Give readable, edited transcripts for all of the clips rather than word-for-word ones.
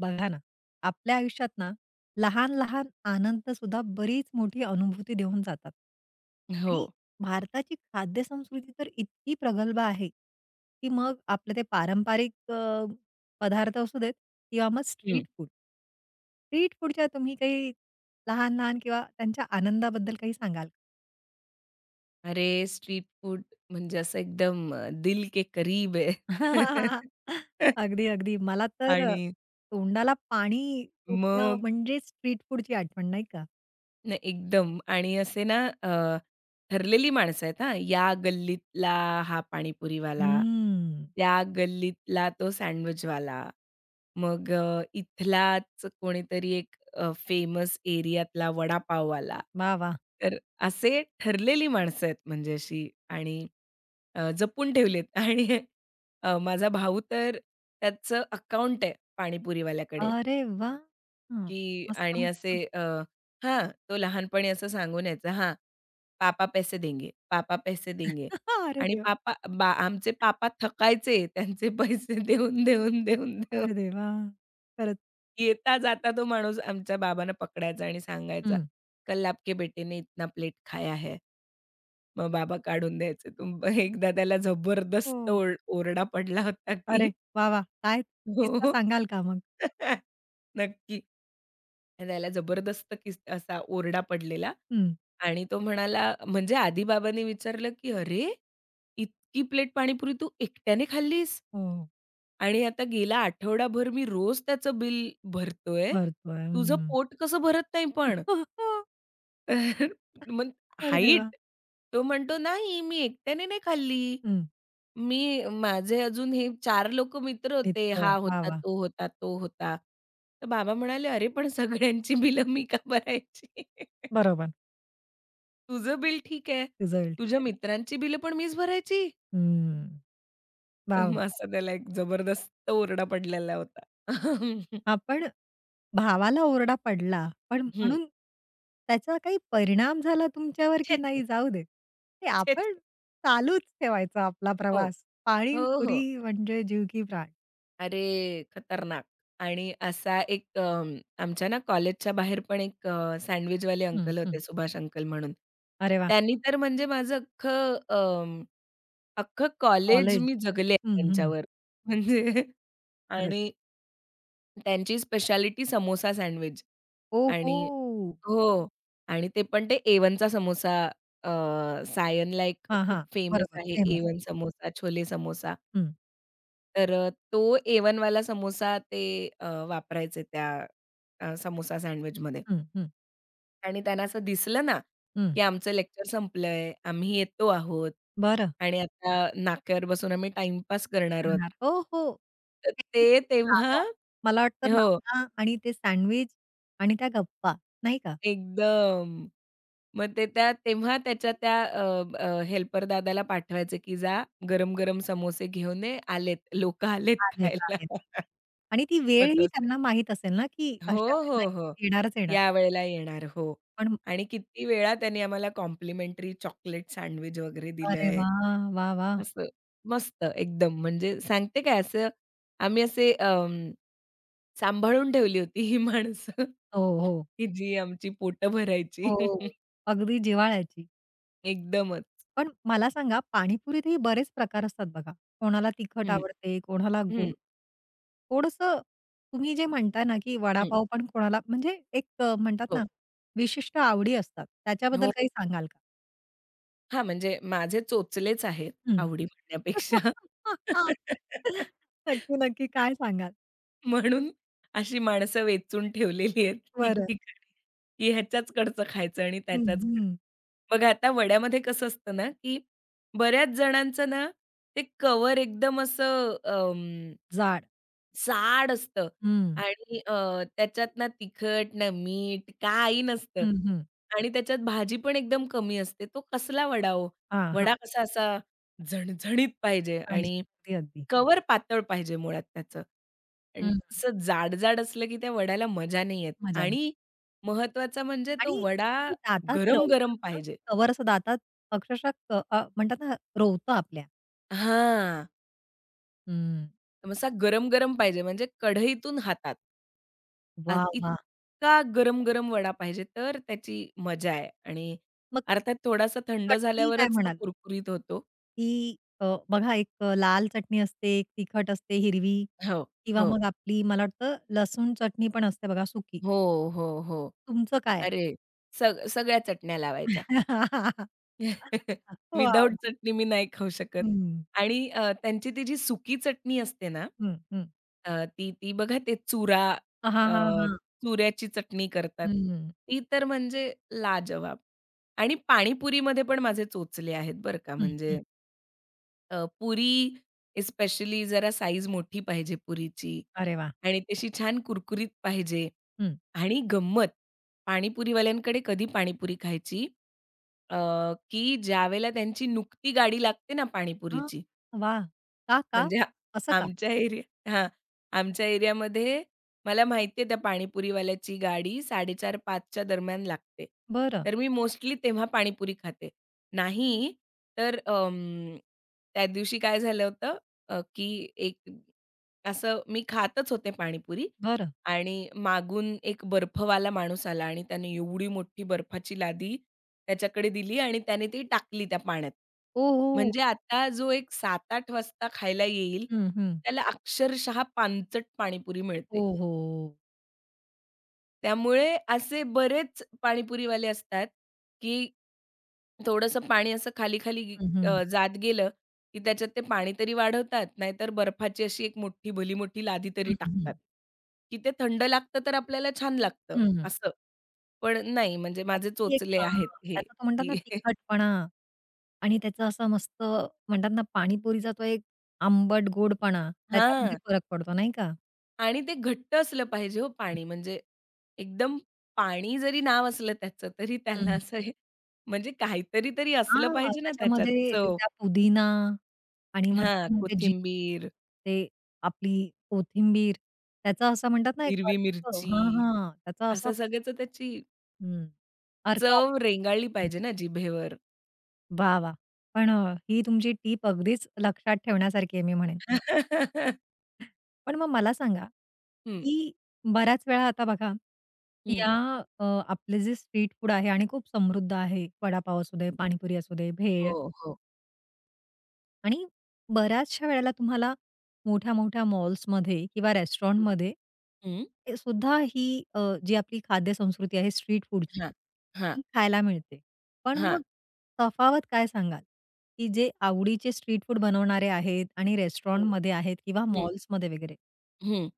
बघा ना, आपल्या आयुष्यात ना, लहान-लहान आनंदसुद्धा बरीच मोठी अनुभूती देऊन जातात. हो. आणि भारताची खाद्यसंस्कृती तर इतकी प्रगल्भ आहे, की मग आपले ते पारंपरिक पदार्थ असू देत किंवा मग हं. Street food. स्ट्रीट फूडच्या तुम्ही काही लहान-लहान किंवा त्यांच्या आनंदाबद्दल काही सांगाल? का? अरे, स्ट्रीट फूड म्हणजे असं एकदम दिल के करीब है. अगदी, अगदी. मला तर आणि तोंडाला पाणी सुटणं मग म्हणजे स्ट्रीट फूडची आठवण, नाही का? नाही, एकदम आणि असे ना ठरलेली माणसं आहेत हां. या गल्लीतला हा पाणीपुरीवाला, हम्म. त्या गल्लीतला तो सँडविचवाला. मग इथलाच कोणीतरी एक फेमस एरियातला वडापाववाला. वाह, वाह! तर असे ठरलेली माणसं आहेत म्हणजे अशी आणि जपून ठेवलेत आणि माझा भाऊ तर त्याचं अकाउंट आहे पाणीपुरीवाल्याकडे. अरे वाह! हं. की मस्त, आणि असे मस्त. हां, तो लहानपणी असं सांगून यायचा, हां, "पापा पैसे देंगे, पापा पैसे देंगे." अरे आणि देवा! पापा बा आमचे पापा थकायचे त्यांचे पैसे देऊन, देऊन, देऊन, देऊन. अरे देवा! खरंच. येता जाता तो माणूस आमच्या बाबांना पकडायचा आणि सांगायचा, हं. "कल आपके बेटे ने इतना प्लेट खाया है." मग बाबा काढून द्यायचे. तुम एकदा त्याला हो. जबरदस्त ओरडा पडला होता की अरे वाह, वाह! काय किस्सा हो. सांगाल का मग? नक्की. आणि त्याला जबरदस्त असा ओरडा पडलेला. हं. आणि तो म्हणाला म्हणजे आधी बाबांनी विचारलं, की "अरे, इतकी प्लेट पाणीपुरी तू एकट्याने खाल्लीस? हो. आणि आता गेला आठवडाभर मी रोज त्याचं बिल भरतोय. भरतोय. तुझं हं. पोट कसं भरत नाही पण?" तर मग अरे देवा! हाईट. तो म्हणतो, "नाही, मी एकट्याने नाही खाल्ली. हं. मी माझे अजून हे 4 लोकं मित्र होते. मित्र. हा वाह, होता, वाह! तो होता, तो होता." तर बाबा म्हणाले, "अरे, पण सगळ्यांची बिलं मी का भरायची?" बरोबर. तुझं बिल ठीक आहे. रिझल्ट. ठीक तुझ्या आहे. मित्रांची बिलं पण मीच भरायची?" हं. तर वाह! मग असा त्याला एक जबरदस्त ओरडा पडलेला होता. आपण भावाला ओरडा पडला, पण हं. म्हणून त्याचा काही परिणाम झाला तुमच्यावर की छे! नाही छे! जाऊ दे. ते छे! छे! आपण चालूच ठेवायचा आपला हो. प्रवास. हो, हो. पाणीपुरी म्हणजे जीव की प्राण. अरे खतरनाक. आणि असा एक आमच्या ना कॉलेजच्या बाहेर पण एक सँडविचवाले हं, अंकल हं. होते सुभाष अंकल म्हणून. अरे वाह! त्यांनी तर म्हणजे माझं अख्खं अ अख्खं कॉलेज कॉलेज. मी जगले हं, हं. त्यांच्यावर. म्हणजे खरंच. आणि त्यांची स्पेशालिटी समोसा सँडविच हो, आणि हो. हो. आणि ते पण ते A1चा समोसा अ, सायनला एक हां, खूप हां. फेमस बरोबर. आहे फेमस. A1 समोसा, छोले समोसा. हं, तर तो A1वाला समोसा ते वापरायचे त्या समोसा सँडविचमध्ये. हं, हं, आणि त्यांना असं दिसलं ना, हं. की आमचं लेक्चर संपलंय, आम्ही येतो आहोत बरं. आणि आता नाक्यावर बसून आम्ही टाईमपास करणार आहोत. करणार. हो, हो. तर ते तेव्हा जागा. मला वाटतं हो, नाना आणि ते सँडविच आणि त्या गप्पा नाही का? एकदम. मग ते त्या तेव्हा त्याच्या त्या हेल्पर दादाला पाठवायचे, की जा गरम-गरम समोसे घेऊन ये, आलेत, लोकं आलेत आलेत, खायला. आलेत. आणि ती मग वेळ तो ही असे त्यांना माहीत असेल ना, की हो, अशा वेळेला हो, हो. येणारच येणार. यावेळेला येणार. हो. पण आणि किती वेळा त्यांनी आम्हाला कॉम्प्लिमेंटरी चॉकलेट सँडविच वगैरे अरे दिलंय. वाह! वाह! वाह! असं मस्त एकदम म्हणजे सांगते काय असं आम्ही असे सांभाळून ठेवली होती ही माणसं हो, हो. की जी आमची पोटं भरायची. हो. हो. अगदी जिव्हाळ्याची. एकदमच. पण मला सांगा पाणीपुरीतही बरेच प्रकार असतात बघा. कोणाला तिखट हं, आवडते, कोणाला गोड. हं, थोडंसं तुम्ही जे म्हणताय ना, की हं. वडापाव पण कोणाला म्हणजे म्हणतात ना, हो, विशिष्ट आवडी असतात. त्याच्याबद्दल हो. काही सांगाल का? हां, म्हणजे माझे चोचलेच आहेत हं. आवडी म्हणण्यापेक्षा. नक्की, नक्की. काय सांगाल? म्हणून अशी माणसं वेचून ठेवलेली आहेत बरं. ठिकठिकाणी, की ह्याच्याच कडचं खायचं आणि हं, त्याच्याच कडचं. हं. बघा आता वड्यामध्ये कसं असतं ना, की बऱ्याच जणांचं ना, ते कवर एकदम असं जाड. जाड असतं हं. आणि त्याच्यात ना तिखट, ना मीठ काही नसतं हं, हं. आणि त्याच्यात भाजी पण एकदम कमी असते. तो कसला वडा हो? हां, हां. वडा कसा असा झणझणीत पाहिजे पाहिजे. आणि अगदी, अगदी. कव्हर पातळ पाहिजे मुळात त्याचं. आणि हं, असं जाड-जाड असलं की त्या वड्याला मजा नाही येत मजाने. आणि महत्वाचं म्हणजे तो आणि वडा ते दातात रवतात गरम-गरम ना, पाहिजे. कव्हर असं दातात अक्षरशः म्हणतात ना, रोवतं आपल्या. हां. हं. असा गरम-गरम पाहिजे म्हणजे कढईतून हातात. आ वाह! वाह! इतका गरम-गरम वडा पाहिजे तर त्याची मजा आहे आणि मग अर्थात थोडासा थंड चटणी काय झाल्यावरच तो म्हणाल? कुरकुरीत होतो. की बघा लाल चटणी असते, एक तिखट असते हिरवी हो, किंवा हो. मग आपली मला वाटतं लसूण चटणी पण असते बघा सुकी. हो, हो, हो. तुमचं काय आहे? अरे, सगळ्या चटण्या लावायच्या. वॉव! विदाऊट चटणी मी नाही खाऊ शकत हं, आणि त्यांची ती जी सुकी चटणी असते ना, हं, हं. अ, ती ती बघा ते चुरा हां, हां, अ, हां. चुऱ्याची चटणी करतात. हं, हं. ती तर म्हणजे लाजवाब आणि पाणीपुरीमध्ये पण माझे चोचले आहेत बरं का. हं, म्हणजे पुरी स्पेशली जरा साईज मोठी पाहिजे पुरीची अरे वाह! आणि तशी छान कुरकुरीत पाहिजे आणि गंमत, पाणीपुरीवाल्यांकडे कधी पाणीपुरी खायची अ, की ज्यावेळेला त्यांची नुकती गाडी लागते ना हां. पाणीपुरीची, वाह! का, का? म्हणजे आ- असं का? आमच्या एरिया हां, आमच्या एरियामध्ये मला माहिती आहे त्या पाणीपुरीवाल्याची गाडी 4:30-5:00 च्या दरम्यान लागते. बरं, तर मी मोस्टली तेव्हा पाणीपुरी खाते. नाही तर त्या दिवशी काय झालं होतं की एक असं मी खातच होते पाणीपुरी बरं. आणि मागून एक बर्फवाला माणूस आला आणि त्याने एवढी मोठी बर्फाची लादी त्याच्याकडे दिली आणि त्याने ती टाकली त्या पाण्यात. ओ, म्हणजे हो. आता जो एक 7-8 वाजता खायला येईल, हं, हं. त्याला अक्षरशः पानचट पाणीपुरी मिळते. हो, हो. त्यामुळे असे बरेच पाणीपुरीवाले असतात, की थोडंसं पाणी असं खाली-खाली हं, हं. जात गेलं, की त्याच्यात ते पाणी तरी वाढवतात, नाहीतर बर्फाची अशी एक मोठी भली मोठी लादी तरी हं, हं. टाकतात, की ते थंड लागतं तर आपल्याला छान लागतं हं, हं. असं. पण नाही म्हणजे त्याची माझे ती एक चोचले हां, आहेत हे, त्याचा तो म्हणतात ना की तिखटपणा आणि त्याचं असं मस्त म्हणतात ना पाणीपुरीचा तो एक आंबट गोडपणा त्याच्यामध्ये हां. फरक पडतो नाही का? आणि ते घट्ट असलं पाहिजे हो पाणी म्हणजे एकदम पाणी जरी नाव असलं त्याचं तरी त्याला हं. असं हे म्हणजे काहीतरी तरी असलं हां, पाहिजे ना त्याच्यात त्याच्यामध्ये चव. त्या पुदिना आणि म्हणतात हां, ना ते जी कोथिंबीर, ते आपली कोथिंबीर त्याचा असं म्हणतात ना एक हिरवी अर्क मिरची हां, हां. त्याचा असा असं सगळ्याचं त्याची हं. अर्कात. चव रेंगाळली हं. पाहिजे ना जिभेवर. वाह! वाह! पण ही तुमची टिप अगदीच लक्षात ठेवण्यासारखी आहे मी म्हणेन. पण मग मला सांगा, हं, की बऱ्याच वेळा आता बघा, हं. या अ, आपले जे स्ट्रीट फूड आहे आणि खूप समृद्ध आहे. वडापाव असू दे, पाणीपुरी असू दे, हो, भेळ हो. आणि बऱ्याचशा वेळेला तुम्हाला मोठ्या-मोठ्या मॉल्समध्ये किंवा रेस्टॉरंटमध्ये हं. ए सुद्धा ही अ, जी आपली खाद्यसंस्कृती आहे स्ट्रीट फूडची, हां, हां, ती खायला मिळते. पण हां. मग तफावत काय सांगाल? की जे आवडीचे स्ट्रीट फूड बनवणारे आहेत आणि हं, रेस्टॉरंटमध्ये आहेत किंवा हं, मॉल्समध्ये वगैरे. हं,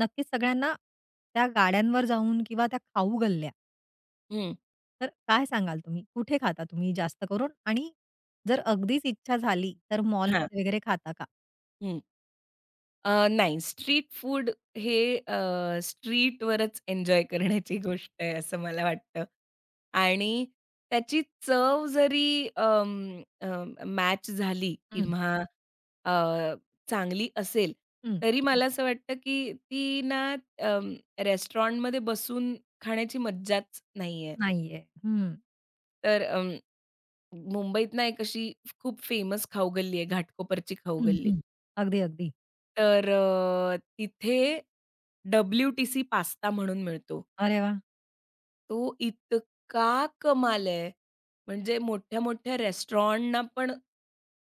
नक्कीच सगळ्यांना त्या गाड्यांवर जाऊन किंवा त्या खाऊ गल्ल्या, हं. तर काय सांगाल तुम्ही? कुठे खाता तुम्ही जास्त करून? आणि जर अगदीच इच्छा झाली, तर हां, मॉलमध्ये वगैरे खाता का? हं. नाही स्ट्रीट फूड हे स्ट्रीटवरच एन्जॉय करण्याची गोष्ट आहे असं मला वाटतं. आणि त्याची चव जरी अं, अं, मॅच झाली किंवा अ, चांगली असेल, हं. तरी हं. मला असं वाटतं, की ती ना अं, रेस्टॉरंटमध्ये बसून खाण्याची मज्जाच नाहीये. नाहीये. हं. तर मुंबईत ना एक अशी खूप फेमस खाऊगल्ली आहे, घाटकोपरची हं, खाऊगल्ली. हं. अगदी, अगदी. तर तिथे डब्ल्यूटीसी पास्ता म्हणून मिळतो. अरे वाह! तो इतका कमाल आहे. म्हणजे मोठ्या-मोठ्या रेस्टॉरंटना पण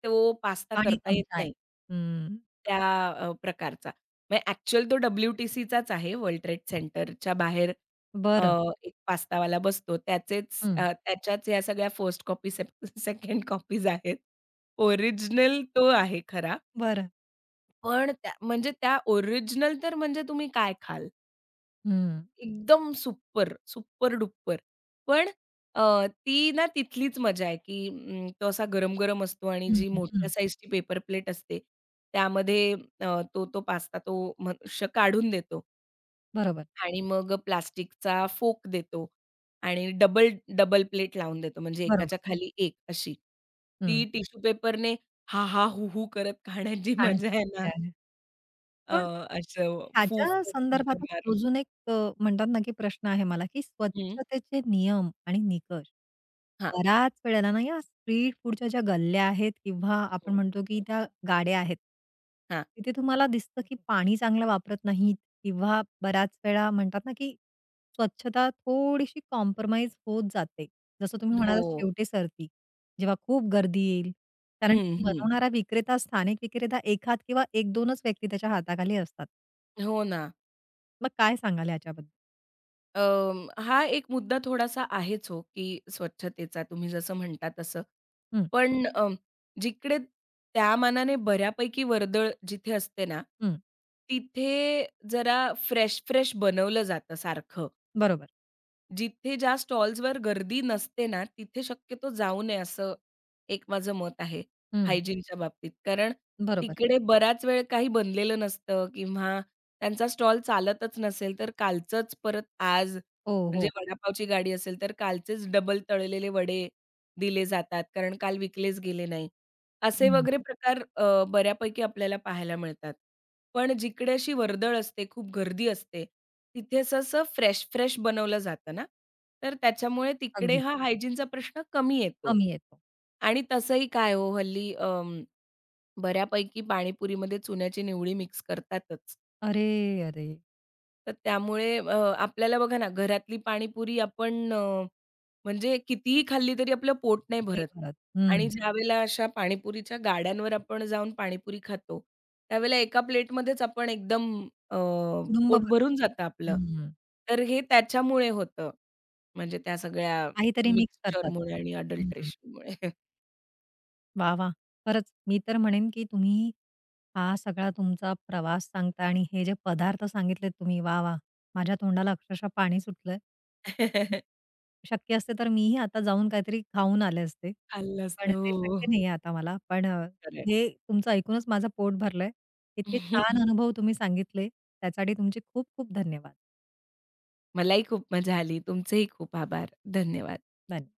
तो पास्ता पाणी करता येत टंचाई. नाही, हं. त्या प्रकारचा. म्हणजे ॲक्चुअल तो डब्ल्यूटीसीचाच आहे, वर्ल्ड ट्रेड सेंटरच्या बाहेर अ, बरं. एक पास्तावाला बसतो. त्याचेच हं. त्याच्याच या सगळ्या फर्स्ट कॉपी, सेकंड कॉपीज आहेत. ओरिजिनल तो आहे खरा. बरं. पण त्या म्हणजे त्या ओरिजिनल तर म्हणजे तुम्ही काय खाल? हं. एकदम सुपर, सुपर-डुपर. पण ती ना तिथलीच मजा आहे, की तो असा गरम-गरम असतो आणि हं, जी मोठ्या हं. साइजची पेपर प्लेट असते, त्यामध्ये तो तो पास्ता तो मनुष्य काढून देतो बरोबर, आणि मग प्लास्टिकचा फोक देतो आणि डबल डबल प्लेट लावून देतो, म्हणजे एकाच्या बरोबर. खाली एक अशी. ती हं. टिश्यू पेपरने हा-हा, हू-हू करत खाण्याची मजा पाण्याची आहे ना, टंचाई आहे. अ, पण असं ह्याच्या फू-फू संदर्भातच करणारं. अजून एक, म्हणतात ना, की प्रश्न आहे मला, की हं. स्वच्छतेचे नियम आणि निकष. हां. बऱ्याच वेळेला ना, या स्ट्रीट फूडच्या ज्या गल्ल्या आहेत किंवा हं, आपण म्हणतो, की हं. त्या गाड्या आहेत, हां. तिथे तुम्हाला दिसतं, की पाणी चांगलं वापरत नाहीत किंवा बऱ्याच वेळा म्हणतात ना, की स्वच्छता थोडीशी कॉम्प्रोमाईज होत जाते. जसं तुम्ही हो. म्हणालात शेवटे सरती, जेव्हा खूप गर्दी येईल. कारण हं, की हं. बनवणारा विक्रेता, स्थानिक विक्रेता, 1 किंवा 1-2च व्यक्ती त्याच्या हाताखाली असतात. हो ना. मग काय सांगाल याच्याबद्दल? हा एक मुद्दा थोडासा आहेच हो, की स्वच्छतेचा तुम्ही जसं म्हणता तसं. हं, पण जिकडे त्या मानाने बऱ्यापैकी वर्दळ जिथे असते ना, हं. तिथे जरा फ्रेश-फ्रेश बनवलं जातं सारखं. बरोबर. जिथे ज्या स्टॉल्सवर गर्दी नसते ना, तिथे शक्यतो जाऊ नये असं एक माझं मत आहे हं, हायजीनच्या बाबतीत. कारण बरोबर. तिकडे बराच वेळ काही बनलेलं नसतं किंवा त्यांचा स्टॉल चालतच नसेल, तर कालचंच परत आज हो, म्हणजे हो. वडापावची गाडी असेल, तर कालचेच डबल तळलेले वडे दिले जातात, कारण काल विकलेच गेले नाही. असे हं. वगैरे प्रकार बऱ्यापैकी आपल्याला पाहायला मिळतात. पण जिकडे अशी वर्दळ असते, खूप गर्दी असते, तिथे असं फ्रेश-फ्रेश बनवलं जातं ना, तर त्याच्यामुळे तिकडे अगदी. हा हायजीनचा प्रश्न कमी येतो. कमी येतो. आणि तसंही काय हो हल्ली बऱ्यापैकी पाणीपुरीमध्ये चुन्याची निवडी मिक्स करतातच. अरे, अरे! तर त्यामुळे आपल्याला बघा ना, घरातली पाणीपुरी आपण म्हणजे कितीही खाल्ली तरी आपलं पोट पोट नाही नाही भरत भरत. आणि हं. ज्यावेळेला अशा पाणीपुरीच्या गाड्यांवर आपण जाऊन पाणीपुरी खातो, त्यावेळेला एका प्लेटमध्येच आपण एकदम अ, कुटुंब पोट भरून भरतं. जातं आपलं. हं. तर हे त्याच्यामुळे होतं. म्हणजे त्या सगळ्या काहीतरी मिक्स करतात. मिक्सचरमुळे आणि हं. अडल्ट्रेशनमुळे. वाह! वाह! खरंच मी तर म्हणेन, की तुम्ही हा सगळा तुमचा प्रवास सांगता आणि हे जे पदार्थ सांगितलेत तुम्ही, वाह! वाह! माझ्या तोंडाला अक्षरशः पाणी सुटलंय. शक्य असते तर मीही आता जाऊन काहीतरी खाऊन आले असते. खाल्लं असतं. पण ते हो. शक्य नाहीये आता मला. पण खरंय. हे तुमचं ऐकूनच माझं पोट भरलंय. इतके छान अनुभव तुम्ही सांगितले त्यासाठी तुमचे खूप खूप धन्यवाद. मलाही खूप मजा आली. तुमचेही खूप आभार. धन्यवाद. धन्य